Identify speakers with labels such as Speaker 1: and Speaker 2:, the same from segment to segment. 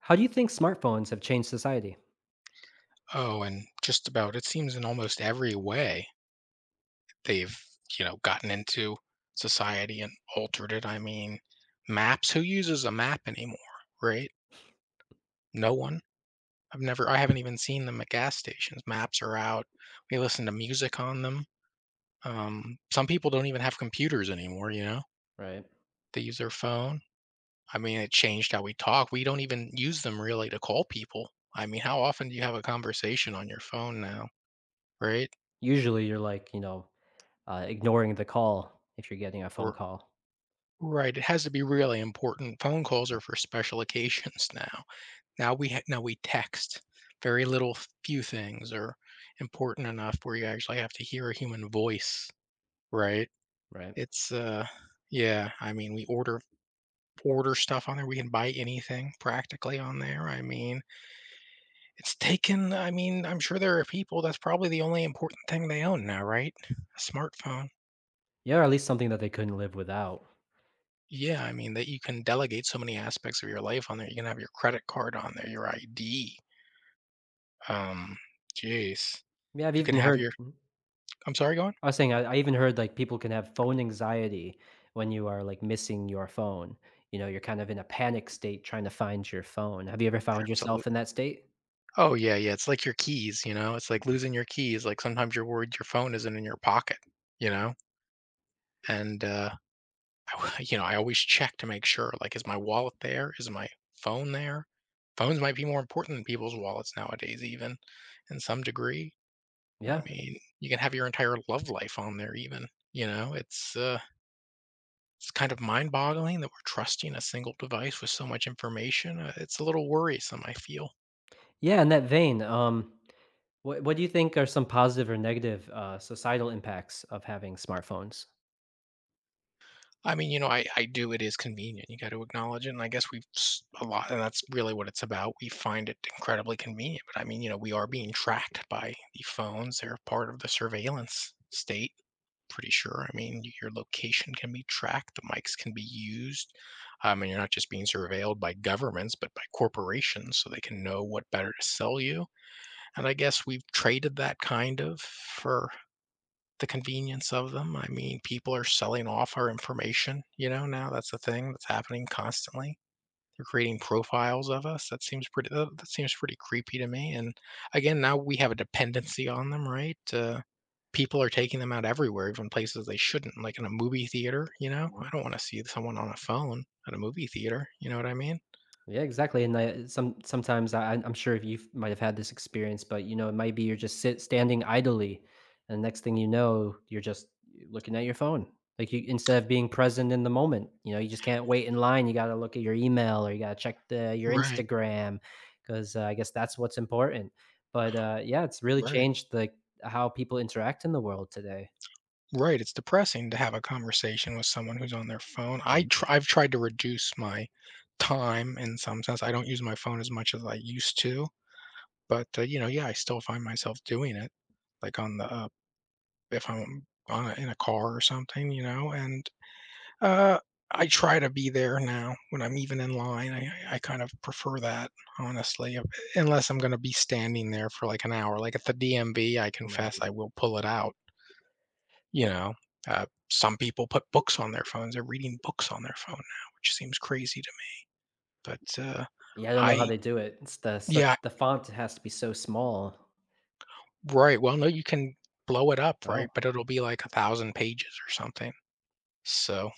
Speaker 1: How do you think smartphones have changed society?
Speaker 2: Oh, and just about it seems in almost every way they've gotten into society and altered it. I mean, maps, who uses a map anymore, right? No one. I haven't even seen them at gas stations. Maps are out. We listen to music on them. Some people don't even have computers anymore, you know?
Speaker 1: Right.
Speaker 2: They use their phone. I mean, it changed how we talk. We don't even use them really to call people. I mean, how often do you have a conversation on your phone now, right?
Speaker 1: Usually you're like, ignoring the call if you're getting a phone
Speaker 2: We're
Speaker 1: call.
Speaker 2: Right, it has to be really important. Phone calls are for special occasions now. Now we ha Now we text. Very little Few things are important enough where you actually have to hear a human voice, right?
Speaker 1: Right.
Speaker 2: It's, uh yeah, I mean, we order stuff on there. We can buy anything practically on there. I mean, it's taken I mean, I'm sure there are people that's probably the only important thing they own now, right? A smartphone.
Speaker 1: Yeah, or at least something that they couldn't live without.
Speaker 2: Yeah, I mean that you can delegate so many aspects of your life on there. You can have your credit card on there, your ID. Um, Jeez.
Speaker 1: Yeah, I've
Speaker 2: You can
Speaker 1: even
Speaker 2: have
Speaker 1: heard.
Speaker 2: your I'm sorry, go on?
Speaker 1: I was saying I even heard, like, people can have phone anxiety when you are, like, missing your phone. You know, you're kind of in a panic state trying to find your phone. Have you ever found
Speaker 2: Absolutely.
Speaker 1: yourself in that state?
Speaker 2: Oh yeah, yeah. It's like your keys, you know? It's like
Speaker 1: Mhm.
Speaker 2: losing your keys. Like sometimes you're worried your phone isn't in your pocket, you know? And you know, I always check to make sure. Like, is my wallet there? Is my phone there? Phones might be more important than people's wallets nowadays, even in some degree. I
Speaker 1: Yeah.
Speaker 2: mean, you can have your entire love life on there even, you know? It's kind of mind-boggling that we're trusting a single device with so much information, it's a little worrisome, I feel.
Speaker 1: Yeah, in that vein, what do you think are some positive or negative, societal impacts of having smartphones?
Speaker 2: I mean, I do it is convenient, you gotta acknowledge it, and I guess we've s a lot and that's really what it's about, we find it incredibly convenient, but I mean, you know, we are being tracked by the phones, they're part of the surveillance state. Pretty sure. I mean, your location can be tracked, the mics can be used. And you're not just being surveilled by governments, but by corporations so they can know what better to sell you. And I guess we've traded that kind of for the convenience of them. I mean, people are selling off our information, you know, now that's the thing that's happening constantly. They're creating profiles of us. That, that seems pretty creepy to me. And again, now we have a dependency on them, right? People are taking them out everywhere, even places they shouldn't, like in a movie theater. You know, I don't want to see someone on a phone at a movie theater. You know what I mean?
Speaker 1: Yeah, exactly. And I, sometimes I, I'm sure if you might have had this experience, but you know, it might be you're just sit standing idly, and next thing you know, you're just looking at your phone. Like you, instead of being present in the moment, you know, you just can't wait in line. You got to look at your email or you got to check the your
Speaker 2: Right.
Speaker 1: Instagram because I guess that's what's important. But yeah, it's really
Speaker 2: Right.
Speaker 1: changed like how people interact in the world today.
Speaker 2: Right, it's depressing to have a conversation with someone who's on their phone.
Speaker 1: Mm.
Speaker 2: I've tried to reduce my time in some sense. I don't use my phone as much as I used to, but, you know, yeah, I still find myself doing it, like, if I'm on a in a car or something, you know, and, uh, I try to be there now when I'm even in line. I kind of prefer that, honestly, u unless I'm gonna be standing there for, like, an hour. Like, at the DMV, I confess
Speaker 1: Right.
Speaker 2: I will pull it out, you know. Uh, some people put books on their phones, they're reading books on their phone now, which seems crazy to me, but
Speaker 1: Yeah, I don't know how
Speaker 2: I
Speaker 1: they do it.
Speaker 2: yeah,
Speaker 1: The font has to be so small.
Speaker 2: right, no you can blow it up,
Speaker 1: Oh.
Speaker 2: right, but it'll be like 1,000 pages or something. So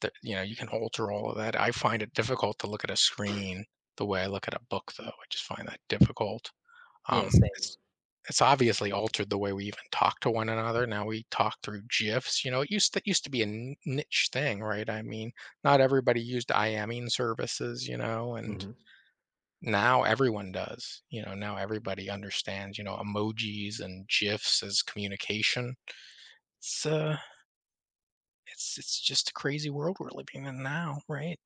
Speaker 2: that, you know, you can alter all of that. I find it difficult to look at a screen the way I look at a book, though. I just find that difficult.
Speaker 1: Yeah, same.
Speaker 2: It's obviously altered the way we even talk to one another. Now we talk through GIFs. You know, it used to be a niche thing, right? I mean, not everybody used IMing services, you know, and
Speaker 1: Mhm.
Speaker 2: now everyone does. You know, now everybody understands. You know, emojis and GIFs as communication. It's uh, it's just a crazy world we're living in now, right?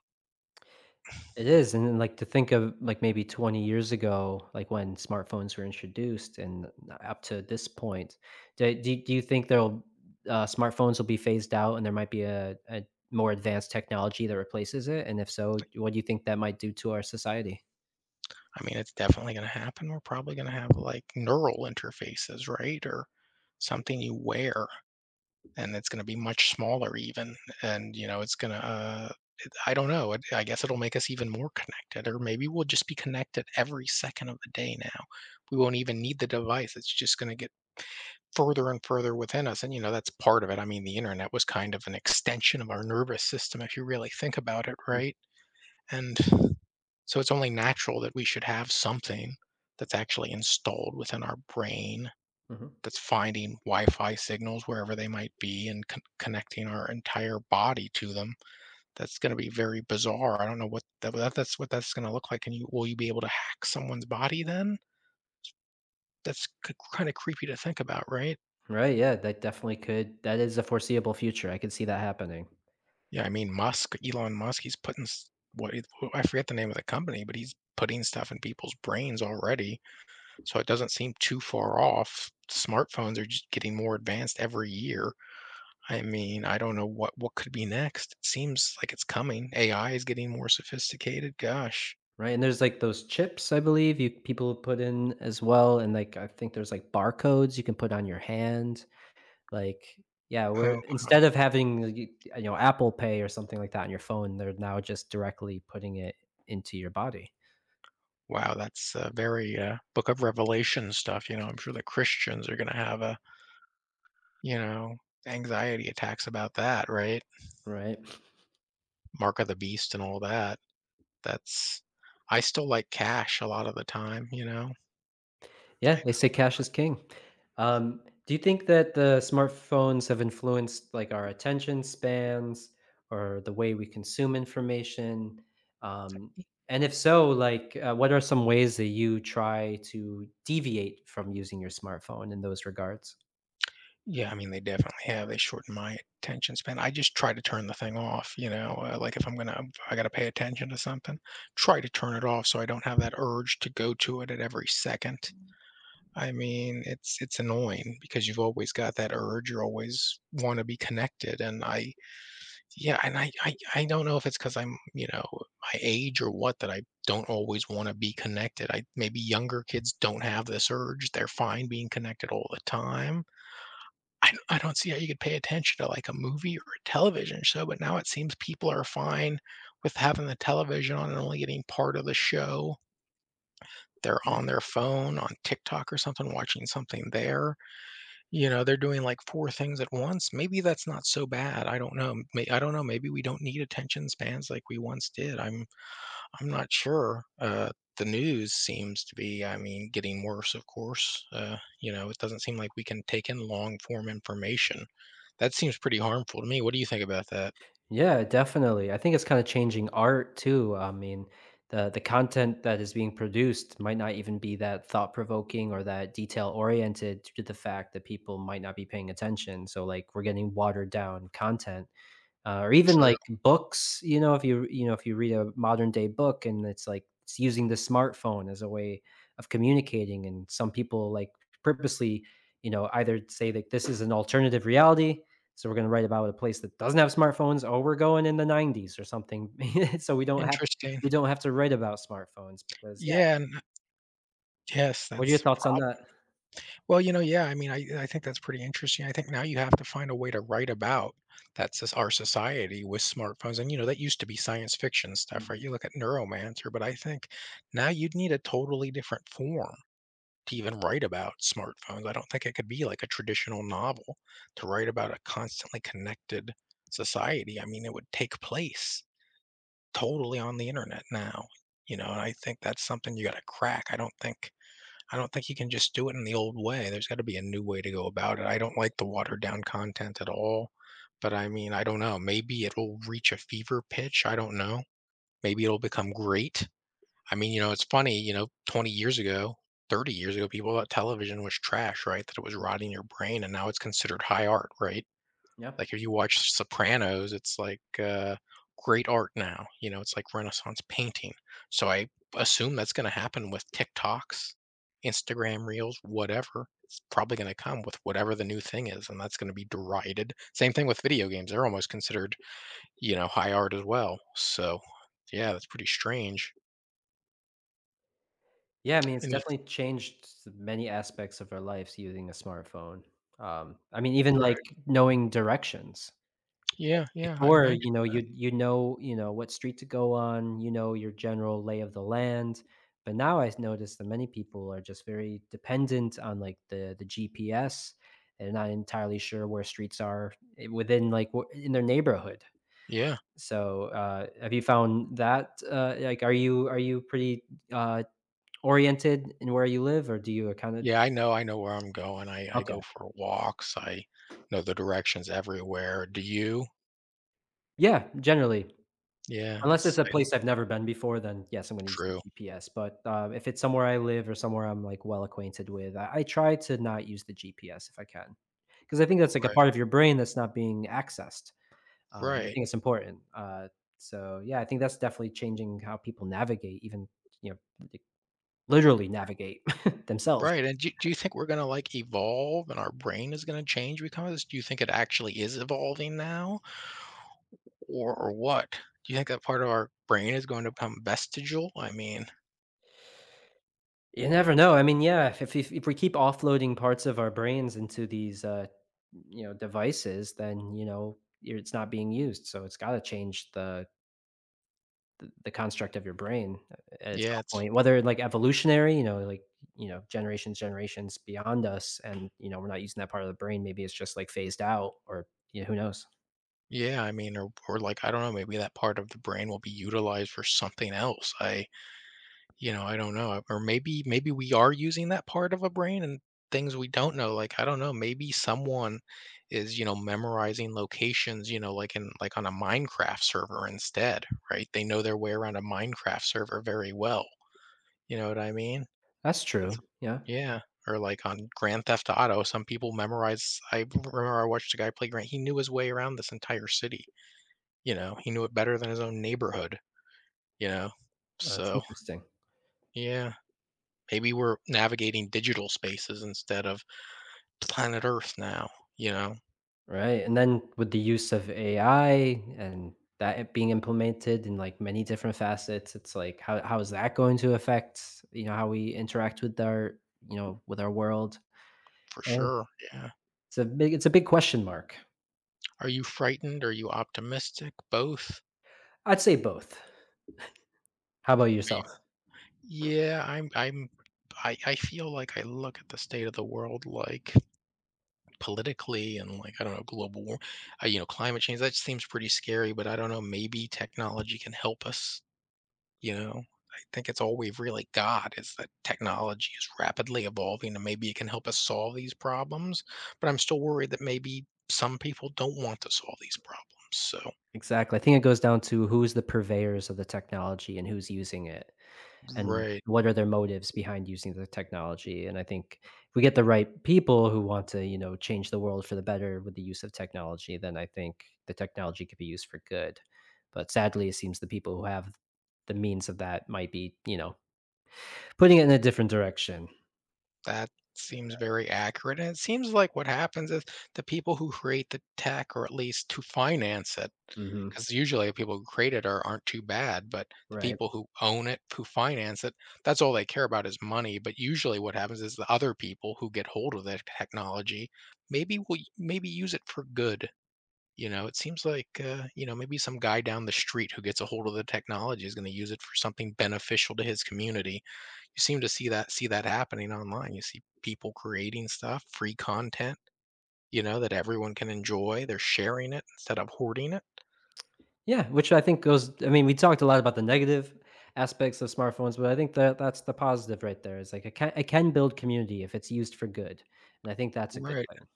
Speaker 1: It is, and then, like, to think of, like, maybe 20 years ago, like, when smartphones were introduced and up to this point, do you think there'll smartphones will be phased out and there might be a more advanced technology that replaces it? And if so, what do you think that might do to our society?
Speaker 2: I mean, it's definitely going to happen. We're probably going to have like neural interfaces, right? Or something you wear, and it's going to be much smaller even. And you know it's going to it- I don't know, I guess it'll make us even more connected, or maybe we'll just be connected every second of the day now. We won't even need the device. It's just going to get further and further within us. And you know that's part of it. I mean the internet was kind of an extension of our nervous system if you really think about it, right? And so it's only natural that we should have something that's actually installed within our brain,
Speaker 1: Mhm.
Speaker 2: that's finding Wi-Fi signals wherever they might be and connecting our entire body to them. That's going to be very bizarre. I don't know what that's what that's going to look like. And you be able to hack someone's body then? That's kind of creepy to think about, right?
Speaker 1: Right, yeah, that definitely could, that is a foreseeable future, I could see that happening.
Speaker 2: Yeah, I mean Elon Musk, he's putting s- what I forget the name of the company, but he's putting stuff in people's brains already. So it doesn't seem too far off. Smartphones are just getting more advanced every year. I mean, I don't know what could be next. It seems like it's coming. AI is getting more sophisticated. Gosh.
Speaker 1: Right? And there's, like, those chips, I believe, you people put in as well, and, like, I think there's, like, barcodes you can put on your hand. Like, yeah, we're
Speaker 2: Oh, wow.
Speaker 1: instead of having, like, Apple Pay or something like that on your phone, they're now just directly putting it into your body.
Speaker 2: Wow, that's very Book of Revelation stuff. You know, I'm sure the Christians are going to have a, you know, anxiety attacks about that, right?
Speaker 1: Right?
Speaker 2: Mark of the Beast and all that. That's I still like cash a lot of the time, you know?
Speaker 1: Yeah, they say cash is king. Do you think that the smartphones have influenced, like, our attention spans or the way we consume information? Um, and if so, like, what are some ways that you try to deviate from using your smartphone in those regards?
Speaker 2: Yeah, I mean, they definitely have. They shorten my attention span. I just try to turn the thing off, you know? Like, if I gotta pay attention to something, try to turn it off so I don't have that urge to go to it at every second. I mean, it's annoying because you've always got that urge. You always want to be connected, and yeah, and I don't know if it's because I'm, you know, my age or what, that I don't always want to be connected. I Maybe younger kids don't have this urge. They're fine being connected all the time. I don't see how you could pay attention to like a movie or a television show, but now it seems people are fine with having the television on and only getting part of the show. They're on their phone on TikTok or something, watching something there, you know, they're doing like 4 things at once. Maybe that's not so bad. I don't know. May I don't know. Maybe we don't need attention spans like we once did. I'm not sure. The news seems to be, I mean, getting worse, of course. You know, it doesn't seem like we can take in long form information. That seems pretty harmful to me. What do you think about that?
Speaker 1: Yeah, definitely. I think it's kind of changing art too. I mean, the content that is being produced might not even be that thought provoking or that detail oriented due to the fact that people might not be paying attention. So like we're getting watered down content or even
Speaker 2: True.
Speaker 1: like books, you know, if you read a modern day book and it's like it's using the smartphone as a way of communicating, and some people like purposely, you know, either say that this is an alternative reality, so we're going to write about a place that doesn't have smartphones, or we're going in the '90s or something, so
Speaker 2: Interesting.
Speaker 1: we don't have to write about smartphones because yeah.
Speaker 2: Yeah, and yes,
Speaker 1: What are your
Speaker 2: that's a
Speaker 1: thoughts on
Speaker 2: problem.
Speaker 1: that?
Speaker 2: Well, you know, yeah, I mean, I think that's pretty interesting. I think now you have to find a way to write about that's just our society with smartphones. And, you know, that used to be science fiction stuff,
Speaker 1: Mhm.
Speaker 2: right? You look at Neuromancer, but I think now you'd need a totally different form to even write about smartphones. I don't think it could be like a traditional novel to write about a constantly connected society. I mean, it would take place totally on the internet now, you know, and I think that's something you got to crack. I don't think you can just do it in the old way. There's gotta be a new way to go about it. I don't like the watered down content at all, but I mean, I don't know, maybe it'll reach a fever pitch, I don't know. Maybe it'll become great. I mean, you know, it's funny, you know, 20 years ago, 30 years ago, people thought television was trash, right? That it was rotting your brain, and now it's considered high art, right?
Speaker 1: Yeah.
Speaker 2: Like, if you watch Sopranos, it's like, great art now, you know, it's like Renaissance painting. So I assume that's gonna happen with TikToks, Instagram Reels, whatever. It's probably gonna come with whatever the new thing is, and that's gonna be derided. Same thing with video games, they're almost considered, you know, high art as well. So, yeah, that's pretty strange.
Speaker 1: Yeah, I mean, it's
Speaker 2: And if
Speaker 1: definitely changed many aspects of our lives using a smartphone. I mean, even,
Speaker 2: we
Speaker 1: like, knowing directions.
Speaker 2: yeah, yeah, I
Speaker 1: Before,
Speaker 2: mentioned
Speaker 1: what street to go on, you know, your general lay of the land, but now I've noticed that many people are just very dependent on, like, the GPS, and not entirely sure where streets are I within, like, w in their neighborhood.
Speaker 2: yeah.
Speaker 1: So, have you found that, like, are you pretty, uh, oriented in where you live, or do you kind of.
Speaker 2: Yeah, I know where I'm going. I
Speaker 1: Okay.
Speaker 2: go for walks, I know the directions everywhere. Do you?
Speaker 1: Yeah, generally.
Speaker 2: Yeah,
Speaker 1: Unless it's
Speaker 2: it's
Speaker 1: a place I've never been before, then yes, I'm gonna use the
Speaker 2: true.
Speaker 1: GPS, but, if it's somewhere I live or somewhere I'm, like, well acquainted with, I try to not use the GPS if I can, because I think that's, like, a
Speaker 2: Right,
Speaker 1: part of your brain that's not being accessed. I
Speaker 2: right,
Speaker 1: think it's important. So, yeah, I think that's definitely changing how people navigate even, you know, like, literally navigate themselves.
Speaker 2: right, and do you think we're gonna, like, evolve and our brain is gonna change because of this? Do you think it actually is evolving now? Or what? Do you think that part of our brain is going to become vestigial? I mean,
Speaker 1: You never know. I mean, yeah, if we keep offloading parts of our brains into these, you know, devices, then you know you're- it's not being used. So it's got to change the, the construct of your brain at
Speaker 2: yeah,
Speaker 1: some
Speaker 2: it's
Speaker 1: point. Whether like evolutionary, you know, like you know, generations, generations beyond us, and you know, we're not using that part of the brain. Maybe it's just like phased out, or you know, who knows?
Speaker 2: yeah, I mean, or, like, I don't know, maybe that part of the brain will be utilized for something else. I You know, I don't know, or maybe we are using that part of a brain and things we don't know, like, I don't know, maybe someone is, you know, memorizing locations, you know, like in like on a Minecraft server instead, right? They know their way around a Minecraft server very well. You know what I mean?
Speaker 1: That's
Speaker 2: That's
Speaker 1: true. Yeah.
Speaker 2: yeah, or like on Grand Theft Auto, some people memorize I remember I watched a guy play Grand he knew his way around this entire city, you know? He knew it better than his own neighborhood, you know?
Speaker 1: Oh, that's
Speaker 2: So,
Speaker 1: interesting.
Speaker 2: yeah. Maybe we're navigating digital spaces instead of planet Earth now, you know?
Speaker 1: Right, and then with the use of AI and that it being implemented in, like, many different facets, it's like, how is that going to affect, you know, how we interact with our, you know, with our world?
Speaker 2: For
Speaker 1: And
Speaker 2: sure, yeah.
Speaker 1: it's a big question mark.
Speaker 2: Are you frightened? Are you optimistic? Both?
Speaker 1: I'd say both. How about
Speaker 2: Are
Speaker 1: yourself?
Speaker 2: you Yeah, I'm I feel like I look at the state of the world, like, politically and, like, I don't know, global war you know, climate change, that seems pretty scary, but I don't know, maybe technology can help us. You know, I think it's all we've really got is that technology is rapidly evolving and maybe it can help us solve these problems. But I'm still worried that maybe some people don't want to solve these problems. So,
Speaker 1: Exactly. I think it goes down to who's the purveyors of the technology and who's using it. And
Speaker 2: right.
Speaker 1: what are their motives behind using the technology, and I think if we get the right people who want to, you know, change the world for the better with the use of technology, then I think the technology could be used for good. But sadly, it seems the people who have the means of that might be, you know, putting it in a different direction.
Speaker 2: That seems very accurate, and it seems like what happens is the people who create the tech, or at least to finance it,
Speaker 1: Mhm,
Speaker 2: because usually the people who create it are, aren't too bad, but the
Speaker 1: right.
Speaker 2: people who own it, who finance it, that's all they care about is money. But usually what happens is the other people who get hold of that technology maybe will maybe use it for good. You know, it seems like you know, maybe some guy down the street who gets a hold of the technology is going to use it for something beneficial to his community. You seem to see that happening online. You see people creating stuff, free content, you know, that everyone can enjoy. They're sharing it instead of hoarding it.
Speaker 1: Yeah, which I think goes, I mean, we talked a lot about the negative aspects of smartphones, but I think that that's the positive right there. Is like it can build community if it's used for good, and I think that's a good
Speaker 2: Right,
Speaker 1: thing.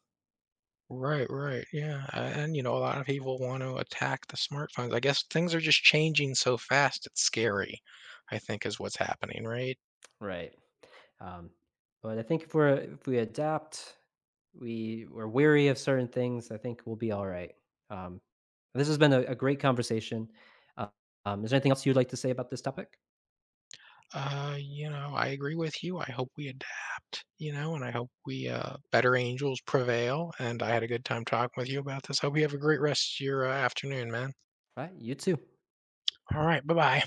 Speaker 2: right, right. Yeah, and you know, a lot of people want to attack the smartphones. I guess things are just changing so fast. It's scary. I think is what's happening, right?
Speaker 1: Right. Um, but I think if we're if we adapt, we we're weary of certain things. I think we'll be all right. Um, this has been a great conversation. Uh, is there anything else you'd like to say about this topic?
Speaker 2: You know, I agree with you. I hope we adapt. You know, and I hope we better angels prevail. And I had a good time talking with you about this. Hope you have a great rest of your afternoon, man.
Speaker 1: All right. You too.
Speaker 2: All right, bye bye.